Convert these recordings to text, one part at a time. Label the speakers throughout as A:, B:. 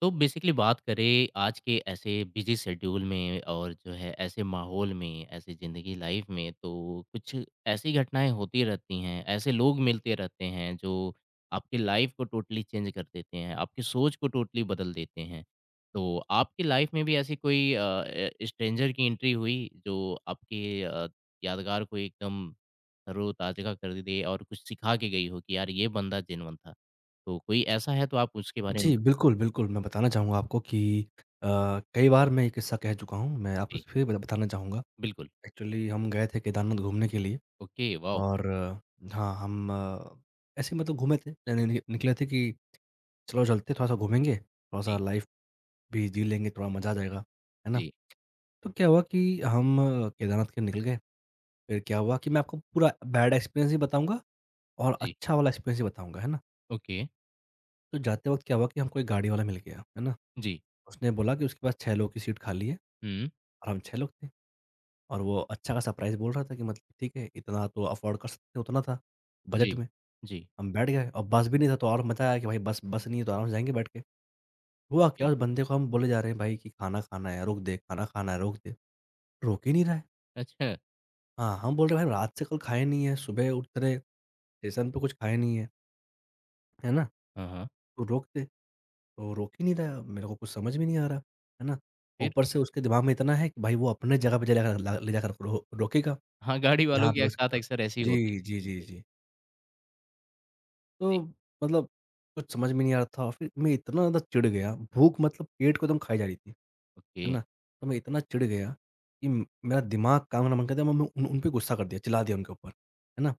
A: तो बेसिकली बात करें आज के ऐसे बिजी शेड्यूल में और जो है ऐसे माहौल में, ऐसे ज़िंदगी लाइफ में तो कुछ ऐसी घटनाएँ होती रहती हैं, ऐसे लोग मिलते रहते हैं जो आपकी लाइफ को टोटली चेंज कर देते हैं, आपकी सोच को टोटली बदल देते हैं। तो आपकी लाइफ में भी ऐसी कोई स्ट्रेंजर की एंट्री हुई जो आपके यादगार को एकदम तरोताज़ा कर दे और कुछ सिखा के गई हो कि यार ये बंदा जेनुइन था? तो कोई ऐसा है तो आप उसके बारे में
B: जी,
A: बताइए?
B: बिल्कुल, बिल्कुल। मैं बताना चाहूँगा आपको कि अ, कई बार मैं ये किस्सा कह चुका हूँ। मैं आपको फिर बत बताना चाहूँगा।
A: बिल्कुल,
B: एक्चुअली हम गए थे केदारनाथ घूमने के लिए
A: ओके, वॉव!
B: और हाँ, हम ऐसे ही मतलब घूमे थे। यानी नि निकले थे कि चलो चलते हैं, थोड़ा-सा घूमेंगे, थोड़ा-सा
A: जी,
B: लाइफ़ भी जी लेंगे, थोड़ा मज़ा आ जाएगा। है ना?
A: जी,
B: तो क्या हुआ कि हम केदारनाथ के निकल गए। फिर क्या हुआ कि मैं आपको पूरा बैड एक्सपीरियंस भी बताऊँगा और
A: जी,
B: अच्छा वाला एक्सपीरियंस भी बताऊँगा। है ना?
A: ओके,
B: तो जाते वक़्त क्या हुआ कि हमको एक गाड़ी वाला मिल गया। है ना?
A: जी,
B: उसने बोला कि उसके पास 6 लोगों की सीट खाली है
A: हुँ,
B: और हम 6 लोग थे और वो अच्छा-खासा प्राइस बोल रहा था कि मतलब ठीक है, इतना तो अफ़ोर्ड कर सकते हैं, उतना था
A: जी,
B: बजट में।
A: जी,
B: हम बैठ गए और बस भी नहीं था तो और मज़ा आया कि भाई बस बस नहीं है तो आराम से जाएँगे बैठ के। हुआ
A: ओके,
B: क्या उस बंदे को हम बोले जा रहे हैं भाई कि खाना खाना है, रोक दे, खाना खाना है, रोक दे। रोक ही नहीं रहा है।
A: अच्छा,
B: हाँ, हम बोल रहे हैं भाई रात से कल खाए नहीं है, सुबह उतरे, स्टेशन पे कुछ खाए नहीं है, है ना?
A: हाँ, हाँ,
B: तो रोक दे। तो रोक ही नहीं रहा है, मेरे को कुछ समझ में नहीं आ रहा, है ना?
A: फिर?
B: ऊपर से उसके दिमाग में इतना है कि भाई वो अपने जगह पे ले जाकर ला ले जाकर रो रोकेगा।
A: हाँ, गाड़ी वालों
B: जहाँ पे
A: के साथ
B: उसका
A: अक्सर ऐसी होती
B: जी,
A: थी,
B: जी, जी,
A: जी,
B: जी। तो
A: जी,
B: मतलब कुछ समझ में नहीं आ रहा था और फिर मैं इतना ज़्यादा चिढ़ गया, भूख मतलब पेट को एकदम खाई जा रही थी,
A: ओके,
B: है ना? तो मैं इतना चिढ़ गया कि म मेरा दिमाग काम करना बंद कर दिया, मैंने उन उन पे गुस्सा कर दिया, चिल्ला दिया उनके ऊपर, है ना?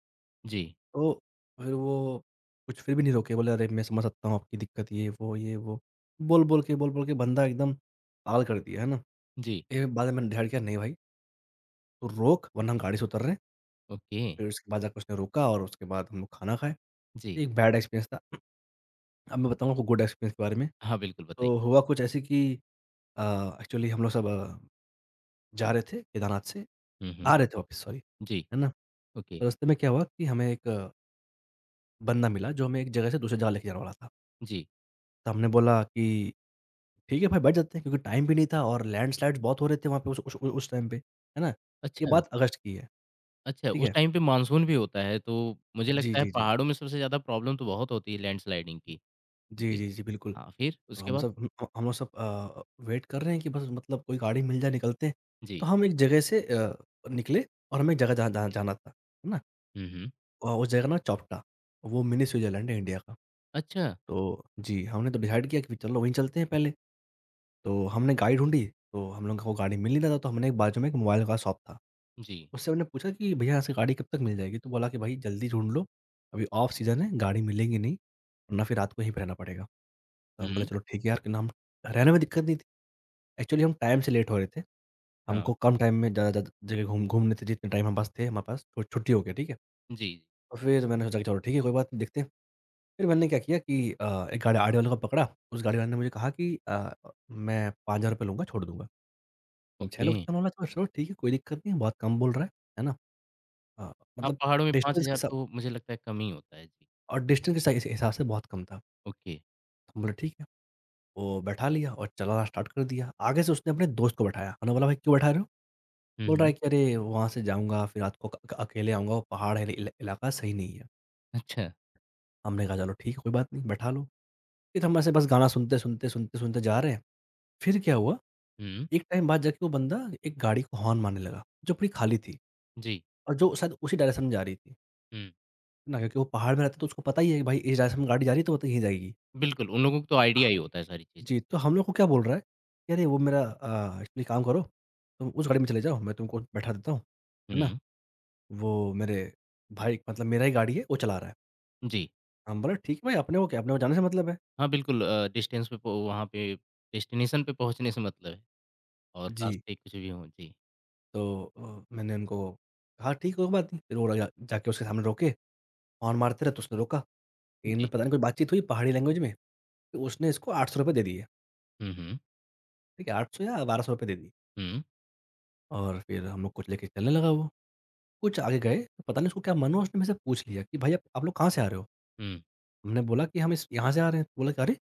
A: जी,
B: तो फिर वो कुछ फिर भी नहीं रोके, बोले, "अरे! मैं समझ सकता हूँ आपकी दिक्कत, ये, वो, ये, वो।" बोल-बोल के बंदा एकदम पागल कर दिया, है ना?
A: जी,
B: फिर बाद में मैंने ध्यान किया, "नहीं भाई, तू रोक वरना हम गाड़ी से उतर रहे हैं।"
A: ओके,
B: फिर उसके बाद जाके उसने रोका और उसके बाद हम लोग खाना खाए।
A: जी,
B: एक बैड एक्सपीरियंस था। अब मैं बताऊँ आपको गुड एक्सपीरियंस के बारे में।
A: हाँ, बिल्कुल बताइए।
B: तो हुआ कुछ ऐसे कि अ, एक्चुअली हम लोग सब जा रहे थे केदारनाथ से
A: हुँ, हुँ,
B: आ रहे थे वापस सॉरी,
A: जी,
B: है ना?
A: ओके,
B: तो रास्ते में क्या हुआ कि हमें एक बंदा मिला जो हमें एक जगह से दूसरी जगह लेके जाने वाला था।
A: जी,
B: तो हमने बोला कि ठीक है भाई बैठ जाते हैं क्योंकि टाइम भी नहीं था और लैंडस्लाइड्स बहुत हो रहे थे वहाँ पे उस टाइम पे, है ना? ये
A: अच्छा,
B: बात अगस्त की है।
A: अच्छा,
B: ठीक
A: उस
B: है?
A: टाइम पे मानसून भी होता है, तो मुझे
B: जी,
A: लगता है
B: जी, जी।
A: पहाड़ों में सबसे ज़्यादा प्रॉब्लम तो बहुत होती है लैंडस्लाइडिंग की।
B: जी,
A: जी,
B: जी, जी, बिल्कुल।
A: हाँ, फिर उसके बाद?
B: हम लोग सब वेट कर रहे हैं कि बस मतलब कोई गाड़ी मिल जाए निकलते हैं। तो
A: जी,
B: हम एक जगह से निकले और हमें एक जगह जहाँ जहाँ जाना था, है ना?
A: हुँ, हुँ,
B: उस जगह का नाम चोपटा, वो मिनी स्विट्ज़रलैंड है इंडिया का।
A: अच्छा,
B: तो जी, हमने तो डिसाइड किया कि चलो वहीं चलते हैं पहले। तो हमने गाड़ी ढूँढी, तो हम लोगों को गाड़ी मिल नहीं रहा था, तो हमने एक बाजू में एक मोबाइल का शॉप था।
A: जी,
B: उससे हमने पूछा कि भैया यहाँ से गाड़ी कब तक मिल जाएगी? तो बोला कि भाई जल्दी ढूँढ लो, अभी ऑफ सीज़न है गाड़ी मिलेगी नहीं, वरना फिर रात को यहीं पे रहना पड़ेगा। तो हम बोले
A: हुँ,
B: चलो ठीक है यार, कि ना हम रहने में दिक्कत नहीं थी। एक्चुअली हम टाइम से लेट हो रहे थे।
A: हाँ,
B: हमको कम टाइम में ज़्यादा ज़्यादा जगह घूमने थे जितने टाइम हमारे पास थे हमारे पास छुट्टी हो गया, ठीक है।
A: जी।
B: और फिर मैंने सोचा कि चलो ठीक है कोई बात नहीं देखते हैं। फिर मैंने क्या किया कि एक गाड़ी आड़े वाले को पकड़ा, उस गाड़ी वाले ने मुझे कहा कि मैं ₹5000 लूँगा, छोड़ दूँगा। 6
A: ओके।
B: लोग का मामला था चलो ठीक है, कोई दिक्कत नहीं है, बहुत कम बोल रहा है ना? अ,
A: हाँ,
B: मतलब
A: पहाड़ों में
B: डिस्टेंस
A: 5,000
B: के साथ
A: तो मुझे लगता है कम ही होता है। जी,
B: और डिस्टेंस के सा हिसाब से बहुत कम था।
A: ओके।
B: तो हम बोले ठीक है, वो बैठा लिया और चलाना स्टार्ट कर दिया। आगे से उसने अपने दोस्त को बैठाया। हमने बोला भाई क्यों बैठा रहे हो?
A: हुँ,
B: बोल रहा
A: हुँ।
B: है कि अरे वहाँ से जाऊँगा, फिर रात को अक अक अकेले आऊँगा, वो पहाड़ है इल इलाका सही नहीं है।
A: अच्छा।
B: हमने कहा चलो ठीक है, कोई बात नहीं, बैठा लो। फिर हम ऐसे बस गाना सुनते, सुनते, सुनते, सुनते जा रहे हैं। फिर क्या हुआ,
A: हुँ,
B: एक टाइम बाद जाके वो बंदा एक गाड़ी को हॉर्न मारने लगा, जो पूरी खाली थी।
A: जी।
B: और जो शायद उसी डायरेक्शन में जा रही थी,
A: हुँ,
B: है ना? क्योंकि वो पहाड़ में रहता है तो उसको पता ही है कि भाई इस डायरेक्शन में गाड़ी जा रही है तो वो तो यहीं जाएगी।
A: बिल्कुल, उन लोगों को तो आइडिया
B: हाँ।
A: ही होता है सारी चीज़ों।
B: जी, तो हम लोग को क्या बोल रहा है कि अरे, एक्चुअली काम करो, तुम उस गाड़ी में चले जाओ, मैं तुमको बैठा देता हूँ, है ना?
A: हुँ,
B: वो मेरे भाई मतलब मेरा ही गाड़ी है, वो चला रहा है।
A: जी।
B: हम बोले ठीक है भाई अपने को क्या, अपने को जाने से मतलब है।
A: हाँ, बिल्कुल डिस्टेंस पे पो वहाँ पे डेस्टिनेशन पे पहुँचने से मतलब है और
B: जी,
A: रास्ते कुछ भी हों। जी,
B: तो मैंने उनको कहा ठीक है कोई बात नहीं, फिर वो जा जाके उसके सामने रोके, हॉर्न मारते रहे तो उसने रोका। इनमें
A: जी।
B: पता नहीं कोई बातचीत हुई पहाड़ी लैंग्वेज में, तो उसने इसको ₹800 दे दिए,
A: हुँ, हुँ।
B: ठीक है? 800 या ₹1200 दे दिए।
A: हुँ,
B: और फिर हम लोग को लेके चलने लगा वो। कुछ आगे गए, तो पता नहीं उसको क्या मन हुआ उसने मुझसे पूछ लिया कि भई आप लोग कहाँ से आ रहे हो?
A: हुँ।
B: हमने बोला कि हम इस यहाँ से आ रहे हैं। बोला कि अरे!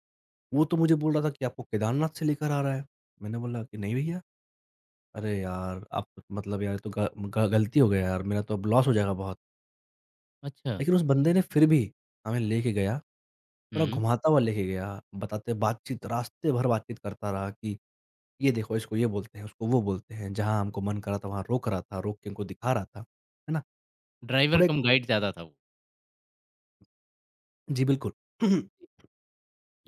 B: वो तो मुझे बोल रहा था कि आपको केदारनाथ से लेकर आ रहा है। मैंने बोला कि नहीं भईया। अरे यार! आप मतलब यार ये तो ग ग गलती हो गया यार, मेरा तो अब लॉस हो जाएगा बहुत।
A: अच्छा।
B: लेकिन उस बंदे ने फिर भी हमें लेके गया, पूरा
A: हुँ,
B: घुमाता हुआ लेके गया। बताते बातचीत रास्ते भर बातचीत करता रहा कि ये देखो इसको ये बोलते हैं, उसको वो बोलते हैं। जहाँ हमको मन करा था वहाँ रोक रहा था, रोक के हमको दिखा रहा था। है ना?
A: ड्राइवर
B: पूरा एक
A: कम गाइड ज़्यादा था वो।
B: जी, बिल्कुल।
A: जी,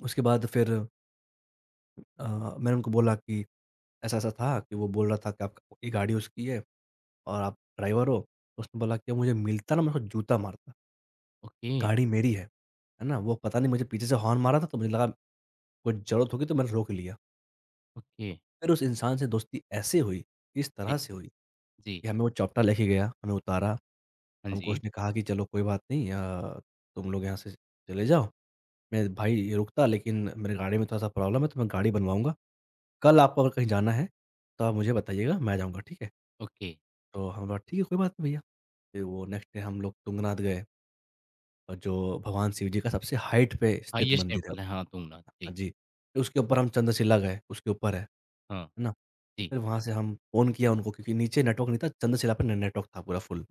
B: उसके बाद फिर अ, मैंने उनको बोला कि ऐसा-ऐसा था कि वो बोल रहा था कि आप ये गाड़ी उसकी है और आप ड्राइवर हो। तो उसने बोला कि मुझे मिलता ना मैं उसको जूता मारता।
A: ओके,
B: गाड़ी मेरी है ना? वो पता नहीं मुझे पीछे से हॉर्न मारा था तो मुझे लगा कुछ ज़रूरत होगी तो मैंने रोक लिया।
A: ओके।
B: फिर उस इंसान से दोस्ती ऐसे हुई, इस तरह
A: जी,
B: से हुई
A: जी।
B: कि हमें वो चॉप्टा लेके गया, हमें उतारा।
A: हाँ
B: हमको
A: जी,
B: उसने कहा कि चलो कोई बात नहीं तुम लोग यहाँ से चले जाओ। मैं भाई ये रुकता लेकिन मेरे गाड़ी में थोड़ा-सा प्रॉब्लम है तो मैं गाड़ी बनवाऊँगा। कल आपको अगर कहीं जाना है, तो आप मुझे बताइएगा, मैं जाऊँगा, ठीक है?
A: ओके।
B: तो हमने बोला, "ठीक है, कोई बात नहीं भैया।" फिर वो नेक्स्ट डे हम लोग तुंगनाथ गए और जो भगवान शिव जी का सबसे हाइट पे स्थित
A: हाईएस्ट
B: मंदिर है।
A: टेम्पल है हाँ, तुंगनाथ।
B: हाँ
A: जी,
B: जी, फिर उसके ऊपर हम चंद्रशिला गए, उसके ऊपर है
A: हाँ,
B: ना?
A: जी।
B: फिर वहाँ से हम फ़ोन किया उनको क्योंकि नीचे नेटवर्क नहीं था, चंद्रशिला पे ने नेटवर्क था पूरा फुल।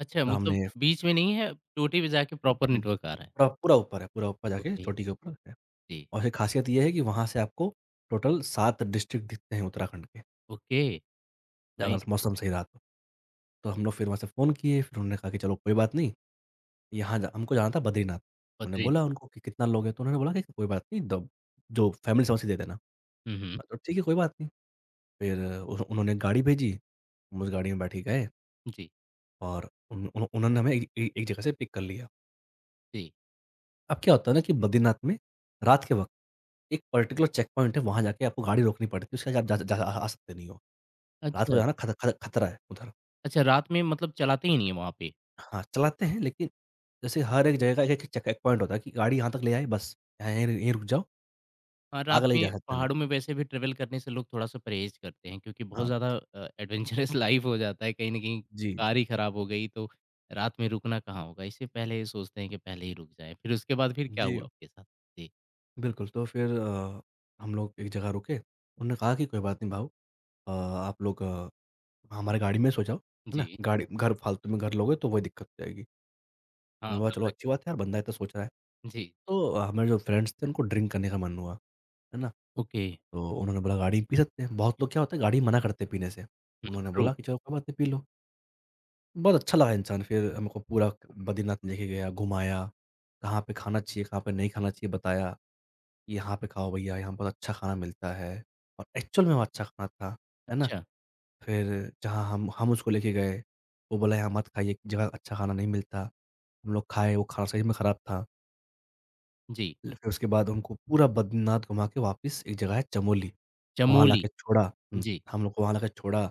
A: अच्छा,
B: तो
A: मतलब
B: हमने
A: बीच में नहीं है, चोटी पे जाके प्रॉपर नेटवर्क आ रहा है।
B: पूरा पूरा ऊपर है, पूरा ऊपर जाके
A: ओके,
B: चोटी के ऊपर है
A: जी,
B: और ये खासियत ये है कि वहाँ से आपको टोटल 7 डिस्ट्रिक्ट दिखते हैं उत्तराखंड के।
A: ओके, नाइस,
B: अगर मौसम सही रहा तो। तो हम लोग फिर वहाँ से फ़ोन किए, फिर उन्होंने कहा कि चलो कोई बात नहीं, यहाँ जा हमको जाना था बद्रीनाथ। उन्होंने
A: बदरीन।
B: बोला उनको कि कितना लोगे? तो उन्होंने बोला कि कोई बात नहीं द जो फैमिली समझ के दे देना।
A: हुँ, हुँ,
B: मैं तो ठीक है कोई बात नहीं। फिर उन्होंने गाड़ी भेजी, हम उस गाड़ी में बैठ के गए
A: जी,
B: और उन उन्हो उन्होंने हमें ए ए एक जगह से पिक कर लिया।
A: जी।
B: अब क्या होता है ना कि बद्रीनाथ में रात के वक़्त एक पर्टिकुलर चेक पॉइंट है, वहाँ जाके आपको गाड़ी रोकनी पड़ती है, उसके आगे आप जा जा आ आ सकते नहीं हो। रात को
A: अच्छा,
B: जाना खत खत खतरा है उधर।
A: अच्छा रात में मतलब चलाते ही नहीं है वहाँ पे।
B: हाँ, चलाते हैं लेकिन जैसे हर एक जगह का एक-एक चेक एक पॉइंट होता है कि गाड़ी यहाँ तक ले आए बस, यहाँ यहीं यहीं रुक जाओ,
A: हाँ, रात
B: आगे ले
A: में
B: जा सकते नहीं।
A: पहाड़ों में वैसे भी ट्रैवल करने से लोग थोड़ा-सा परहेज़ करते हैं क्योंकि बहुत
B: हाँ,
A: ज़्यादा एडवेंचरस लाइफ़ हो जाता है, कहीं न कहीं
B: जी।
A: कार ही खराब हो गई तो रात में रुकना कहाँ होगा, इससे पहले ये सोचते हैं कि पहले ही रुक जाएँ। फिर उसके बाद फिर क्या
B: जी,
A: हुआ आपके साथ? जी,
B: बिल्कुल तो फिर हम लोग एक जगह रुके, उन्होंने कहा कि कोई बात नहीं भाऊ आप लोग हमारे गाड़ी में सो जाओ, है ना?
A: जी,
B: गाड़ी घर फालतू में घर लोगे तो वही दिक्कत हो जाएगी।
A: हाँ,
B: हमने बोला चलो
A: अलग
B: अच्छी बात है यार बंदा इतना सोच रहा है।
A: जी,
B: तो हमारे जो फ्रेंड्स थे उनको ड्रिंक करने का मन हुआ, है ना?
A: ओके,
B: तो उन्होंने बोला गाड़ी में पी सकते हैं। बहुत लोग क्या होता है गाड़ी में मना करते हैं पीने से। उन्होंने
A: ट्रू,
B: बोला कि चलो कोई बात नहीं पी लो। बहुत अच्छा लगा इंसान फिर हमको पूरा बद्रीनाथ लेके गया, घुमाया, कहाँ पे खाना चाहिए, कहाँ पे नहीं खाना चाहिए बताया, कि यहाँ पे खाओ भैया, यहाँ बहुत अच्छा खाना मिलता है और एक्चुअल में वहाँ अच्छा खाना था, है ना?
A: अच्छा,
B: फिर जहाँ हम उसको लेके गए, वो बोला यहाँ मत खाइए, एक जगह अच्छा खाना नहीं मिलता। हम लोग खाए, वो खाना सही में खराब था।
A: जी,
B: ल फिर उसके बाद उनको पूरा बद्रीनाथ घुमा के वापस एक जगह है चमोली, वहाँ
A: चमोली।
B: लाके छोड़ा। हुँ,
A: जी,
B: हम लोग को वहाँ लाके छोड़ा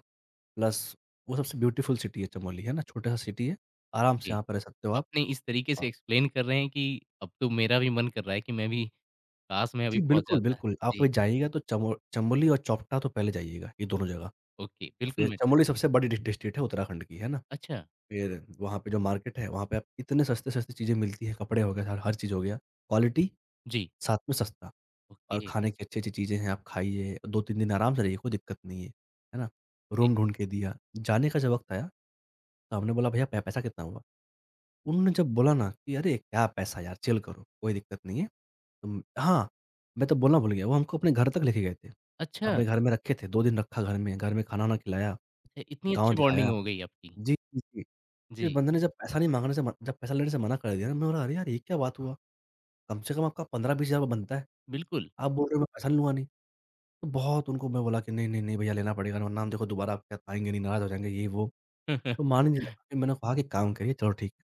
B: प्लस वो सबसे ब्यूटीफुल सिटी है चमोली, है ना? छोटा-सा सिटी है, आराम से
A: जी।
B: यहाँ पे रह सकते हो आप।
A: आपने इस तरीके
B: अ,
A: से एक्सप्लेन कर रहे हैं कि अब तो मेरा भी मन कर रहा है कि मैं भी काश मैं अभी
B: जी,
A: पहुँच
B: बिल्कुल,
A: जाता। है।
B: बिल्कुल। आप
A: जी,
B: कभी जाइएगा तो चमोली और चोपटा तो पहले जाइएगा, ये
A: ओ
B: दोनों जगह। और
A: ओके, बिल्कुल
B: फिर
A: मैं ट्राई
B: चमोली सबसे बड़ी डिस्ट्रिक्ट है उत्तराखंड की, है ना?
A: अच्छा,
B: फिर वहाँ पे जो मार्केट है, वहाँ पे आप इतने सस्ते-सस्ते चीज़ें मिलती हैं, कपड़े हो गए, हर हर चीज़ हो गया। क्वालिटी,
A: जी,
B: साथ में सस्ता। और
A: ओके,
B: खाने की अच्छी-अच्छी चीज़ें हैं, आप खाइए, 2-3 दिन आराम से रहिए, कोई दिक्कत नहीं है। है ना?
A: जी।
B: रूम ढूँढ के दिया। जाने का जब वक़्त आया, तो हमने बोला, "भैया पै पैसा कितना हुआ?" उन्होंने जब बोला ना कि "अरे! क्या पैसा यार, चिल करो, कोई दिक्कत नहीं है।" तुम हाँ, मैं तो बोलना भूल गया, वो हमको अपने घर तक लेके गए थे।
A: अच्छा,
B: अपने घर में रखे थे, 2 दिन रखा घर में खाना-वाना खिलाया,
A: अच्छा इतनी
B: गाँव
A: अच्छी बॉन्डिंग
B: दिखाया।
A: हो गई आपकी।
B: जी, जी, जी। फिर
A: जी,
B: बंदे ने जब पैसा नहीं माँगने से मन जब पैसा लेने से मना कर दिया ना, मैं बोला, "अरे यार, ये क्या बात हुआ? कम से कम आपका 15-20 हज़ार बनता है,
A: बिल्कुल।
B: आप बोल रहे हो मैं पैसा नहीं लूँगा नहीं।" तो बहुत उनको मैं बोला कि नहीं, नहीं, नहीं भैया लेना पड़ेगा वरना हम देखो दोबारा आपके यहाँ आएँगे नहीं, नाराज़ हो जाएँगे ये वो। तो मान ही नहीं रहा था, फिर मैंने कहा कि काम करिए चलो ठीक है।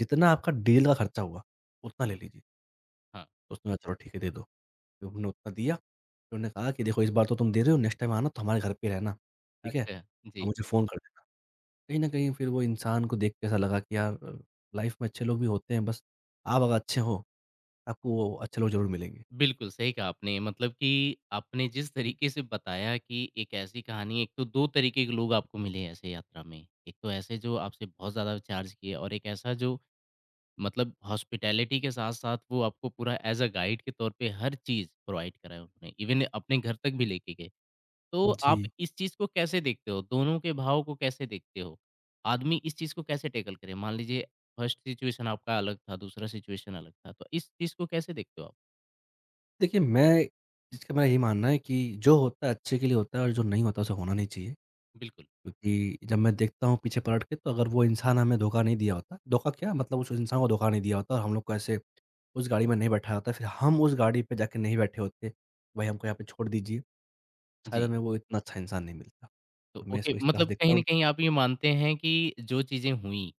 B: जितना आपका डील का खर्चा हुआ, उतना ले लीजिए।
A: हाँ,
B: तो उसने कहा चलो ठीक है दे दो। तो हमने उतना दिया, फिर उन्होंने कहा कि देखो इस बार तो तुम दे रहे हो नेक्स्ट टाइम आना तो हमारे घर पे रहना, ठीक है?
A: अच्छा,
B: और
A: जी।
B: मुझे फ़ोन कर देना। कहीं न कहीं फिर वो इंसान को देख के ऐसा लगा कि यार लाइफ़ में अच्छे लोग भी होते हैं बस आप अगर अच्छे हो, आपको वो अच्छे लोग ज़रूर मिलेंगे।
A: बिल्कुल, सही कहा आपने मतलब कि आपने जिस तरीके से बताया कि एक ऐसी कहानी एक तो 2 तरीके के लोग आपको मिले ऐसे यात्रा में। एक तो ऐसे जो आपसे बहुत ज़्यादा चार्ज किए और एक ऐसा जो मतलब हॉस्पिटैलिटी के साथ-साथ वो आपको पूरा एज़ अ गाइड के तौर पे हर चीज़ प्रोवाइड कराया उन्होंने, इवन अपने घर तक भी लेके गए। तो आप
B: जी।
A: इस चीज़ को कैसे देखते हो? दोनों के भाव को कैसे देखते हो? आदमी इस चीज़ को कैसे टैकल करे? मान लीजिए फर्स्ट सिचुएशन आपका अलग था, दूसरा सिचुएशन अलग था, तो इस चीज़ को कैसे देखते हो आप?
B: देखिए, मैं जिसका मेरा ये मानना है कि जो होता है अच्छे के लिए होता है और जो नहीं होता उसे होना नहीं चाहिए।
A: बिल्कुल,
B: क्योंकि जब मैं देखता हूँ पीछे पलट के तो अगर वो इंसान हमें धोखा नहीं दिया होता, धोखा क्या मतलब उस इंसान को धोखा नहीं दिया होता और हम लोग को ऐसे उस गाड़ी में नहीं बैठाया होता, फिर हम उस गाड़ी पे जाके नहीं बैठे होते, "भई हमको यहाँ पे छोड़ दीजिए।" शायद
A: जी।
B: हमें वो इतना अच्छा इंसान नहीं मिलता।
A: तो
B: तो मैं
A: ओके
B: इसको इस तरह से
A: मतलब कहीं
B: देखता
A: न
B: हूँ।
A: कहीं आप ये मानते हैं कि जो चीज़ें हुईं,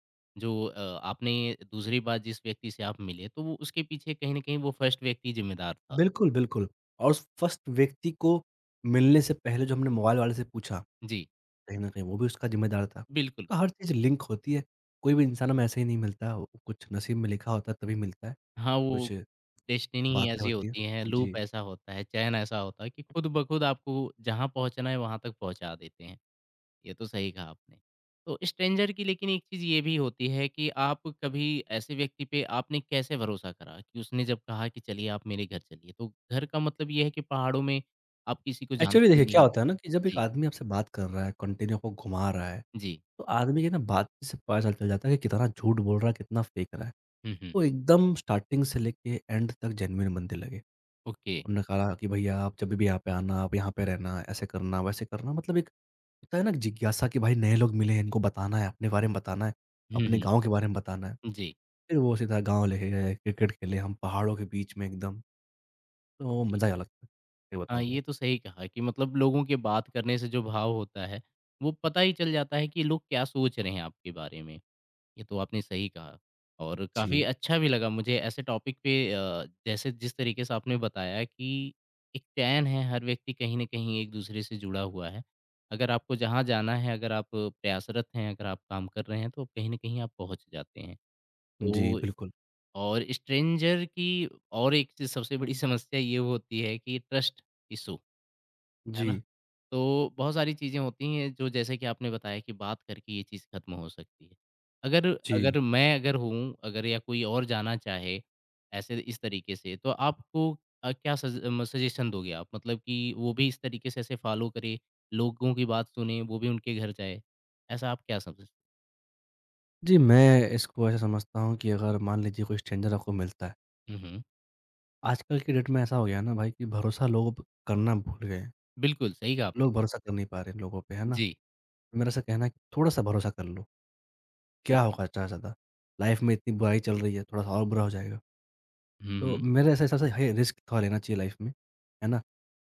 A: जो आपने दूसरी बार जिस व्यक्ति से आप मिले, तो वो उसके पीछे कहीं न कहीं वो फर्स्ट व्यक्ति ज़िम्मेदार था।
B: बिल्कुल, बिल्कुल और उस फर्स्ट व्यक्ति को मिलने से पहले जो हमने मोबाइल वाले से पूछा
A: जी।
B: कहीं न कहीं वो भी उसका ज़िम्मेदार था।
A: बिल्कुल।
B: तो हर चीज़ लिंक होती है, कोई भी इंसान हमें ऐसे ही नहीं मिलता, वो कुछ नसीब में लिखा होता है तभी मिलता है,
A: हाँ, वो
B: कुछ
A: डेस्टिनी ही
B: बातें
A: ऐसी
B: होती हैं।
A: होती है, लूप
B: जी,
A: ऐसा होता है, चयन ऐसा होता है कि खुद ब खुद आपको जहाँ पहुँचना है वहाँ तक पहुँचा देते हैं। ये तो सही कहा आपने। तो स्ट्रेंजर की लेकिन एक चीज़ ये भी होती है कि आप कभी ऐसे व्यक्ति पे आपने कैसे भरोसा करा कि उसने जब कहा कि चलिए आप मेरे घर चलिए, तो घर का मतलब ये है कि पहाड़ों में आप किसी को
B: एक्चुअली
A: जानते ही
B: देखिए
A: नहीं
B: क्या
A: हो?
B: होता है ना कि जब एक
A: जी,
B: आदमी आपसे बात कर रहा है, कंटिन्यू आपको घुमा रहा है,
A: जी।
B: तो आदमी की ना बातचीत से पता चल चल जाता है कि कितना झूठ बोल रहा है, कितना फेंक रहा है।
A: हुँ, हुँ।
B: वो एकदम स्टार्टिंग से लेके एंड तक जेन्युइन बनने लगे।
A: ओके।
B: उन्होंने कहा कि भैया आप जब भी यहाँ पे आना, आप यहाँ पे रहना, ऐसे करना, वैसे करना मतलब एक होता है ना जिज्ञासा कि भाई नए लोग मिले हैं, इनको बताना है, अपने बारे में बताना है,
A: हुँ,
B: अपने
A: हुँ।
B: गाँव के बारे में बताना है।
A: जी,
B: फिर वो सीधा गाँव लेके गए, क्रिकेट खेले हम पहाड़ों के बीच में एकदम, तो वो
A: ओके।
B: मज़ा ही अलग था, सही
A: हाँ,
B: बताऊँ तो।
A: ये तो सही कहा कि मतलब लोगों के बात करने से जो भाव होता है, वो पता ही चल जाता है कि लोग क्या सोच रहे हैं आपके बारे में। ये तो आपने सही कहा और काफ़ी
B: जी,
A: अच्छा भी लगा मुझे ऐसे टॉपिक पे जैसे जिस तरीके से आपने बताया कि एक चैन है, हर व्यक्ति कहीं न कहीं एक-दूसरे से जुड़ा हुआ है। अगर आपको जहाँ जाना है, अगर आप प्रयासरत हैं, अगर आप काम कर रहे हैं, तो कहीं न कहीं आप पहुँच जाते हैं।
B: जी,
A: तो
B: बिल्कुल।
A: और स्ट्रेंजर की और एक चीज़ सबसे बड़ी समस्या ये होती है कि ट्रस्ट इश्यू, है ना?
B: जी,
A: तो बहुत सारी चीज़ें होती हैं जो जैसे कि आपने बताया कि बात करके ये चीज़ खत्म हो सकती है। अगर
B: जी।
A: अगर मैं अगर हूँ, अगर या कोई और जाना चाहे, ऐसे इस तरीके से तो आपको क्या सज म सजेशन दोगे आप? मतलब कि वो भी इस तरीके से ऐसे फ़ॉलो करे, लोगों की बात सुने, वो भी उनके घर जाए, ऐसा आप क्या समझ
B: जी, मैं इसको ऐसा समझता हूँ कि अगर मान लीजिए कोई स्ट्रेंजर आपको मिलता है,
A: हुँ, हुँ।
B: आजकल की डेट में ऐसा हो गया है ना भाई कि भरोसा लोग करना भूल गए हैं।
A: बिल्कुल, सही कहा आपने।
B: लोग भरोसा कर नहीं पा रहे हैं लोगों पे, है ना?
A: जी,
B: मेरा ऐसा कहना है कि थोड़ा-सा भरोसा कर लो, क्या
A: ओके।
B: होगा इतना ज़्यादा? लाइफ़ में इतनी बुराई चल रही है, थोड़ा-सा और बुरा हो जाएगा।
A: हुँ,
B: तो
A: हुँ।
B: मेरे ऐसे हिसाब से है रिस्क थोड़ा लेना चाहिए लाइफ में, है ना?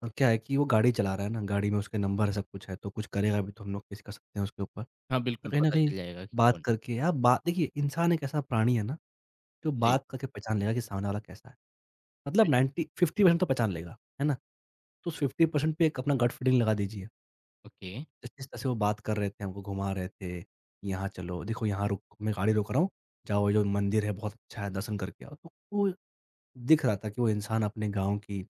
B: और क्या है कि वो गाड़ी चला रहा है ना, गाड़ी में उसके नंबर है, सब कुछ है, तो कुछ करेगा भी तो हम लोग केस कर सकते हैं उसके ऊपर।
A: हाँ,
B: तो
A: बिल्कुल
B: कहीं न
A: पता
B: कहीं
A: चल जाएगा कि
B: बात
A: कौन
B: करके या बात देखिए, इंसान एक ऐसा प्राणी है ना, जो
A: जी,
B: बात करके पहचान लेगा कि सामने वाला कैसा है। मतलब
A: जी।
B: 90 50% तो पहचान लेगा, है ना? तो उस 50% पे एक अपना गट फीलिंग लगा दीजिए।
A: ओके,
B: जिस जिस तरह से वो बात कर रहे थे, हमको घुमा रहे थे, यहाँ चलो, देखो यहाँ रुक मैं गाड़ी रोक रहा हूँ, जाओ ये जो मंदिर है बहुत अच्छा है, दर्शन करके आओ। तो वो दिख रहा था कि वो इंसान अपने गाँव की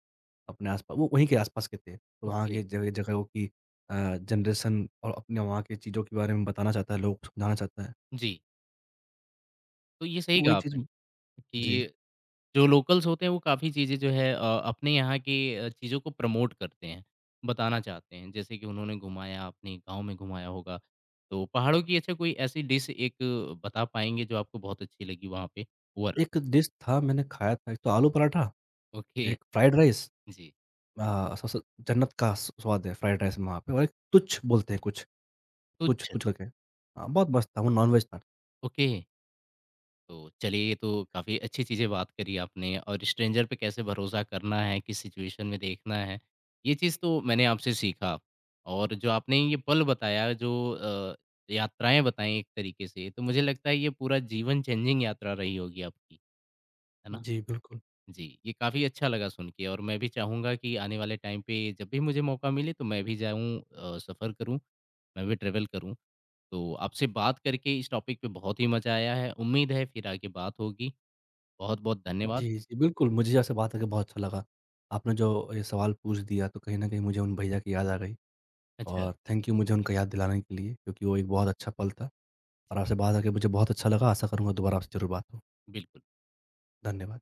B: अपने आस-पास वो वहीं के आस-पास के थे। तो वहाँ
A: ओके।
B: के जगह-जगहों की जनरेशन और अपने वहाँ की चीज़ों के बारे में बताना चाहता है, लोगों को समझाना चाहता है।
A: जी, तो ये सही
B: तो
A: कहा
B: वही चीज़
A: आपने
B: जी,
A: कि जो लोकल्स होते हैं वो काफ़ी चीज़ें जो है, अपने यहाँ की चीज़ों को प्रमोट करते हैं, बताना चाहते हैं। जैसे कि उन्होंने घुमाया, अपने गाँव में घुमाया होगा, तो पहाड़ों की अच्छा कोई ऐसी डिश एक बता पाएँगे जो आपको बहुत अच्छी लगी वहाँ पे? पुअर,
B: एक डिश था मैंने खाया था, एक तो आलू पराठा,
A: ओके,
B: एक फ्राइड राइस
A: जी,
B: सबसे जन्नत का स स्वाद है फ्राइड राइस में वहाँ पे और एक तुच्छ बोलते हैं कुछ, तुच्छ
A: कुछ
B: तुच्छ करके। बहुत मस्त था, वो नॉन-वेज था।
A: ओके। तो चलिए, ये तो काफ़ी अच्छी चीज़ें बात करी आपने और स्ट्रेंजर पे कैसे भरोसा करना है, किस सिचुएशन में देखना है, ये चीज़ तो मैंने आपसे सीखा। और जो आपने ये पल बताया, जो यात्राएँ बताई एक तरीके से, तो मुझे लगता है ये पूरा जीवन चेंजिंग यात्रा रही होगी आपकी, है ना?
B: जी, बिल्कुल।
A: जी, ये काफ़ी अच्छा लगा सुन के और मैं भी चाहूँगा कि आने वाले टाइम पे जब भी मुझे मौका मिले, तो मैं भी जाऊँ सफ़र करूँ, मैं भी ट्रैवल करूँ। तो आपसे बात करके इस टॉपिक पे बहुत ही मज़ा आया है। उम्मीद है फिर आगे बात होगी। बहुत-बहुत धन्यवाद।
B: जी, जी, बिल्कुल, मुझे आपसे बात करके बहुत अच्छा लगा। आपने जो ये सवाल पूछ दिया तो कहीं न कहीं मुझे उन भैया की याद आ गई।
A: अच्छा,
B: और थैंक यू मुझे उनका याद दिलाने के लिए क्योंकि वो एक बहुत अच्छा पल था और
A: जी,
B: आपसे बात करके मुझे बहुत अच्छा लगा। आशा करूँगा दोबारा आपसे ज़रूर बात हो।
A: बिल्कुल।
B: धन्यवाद।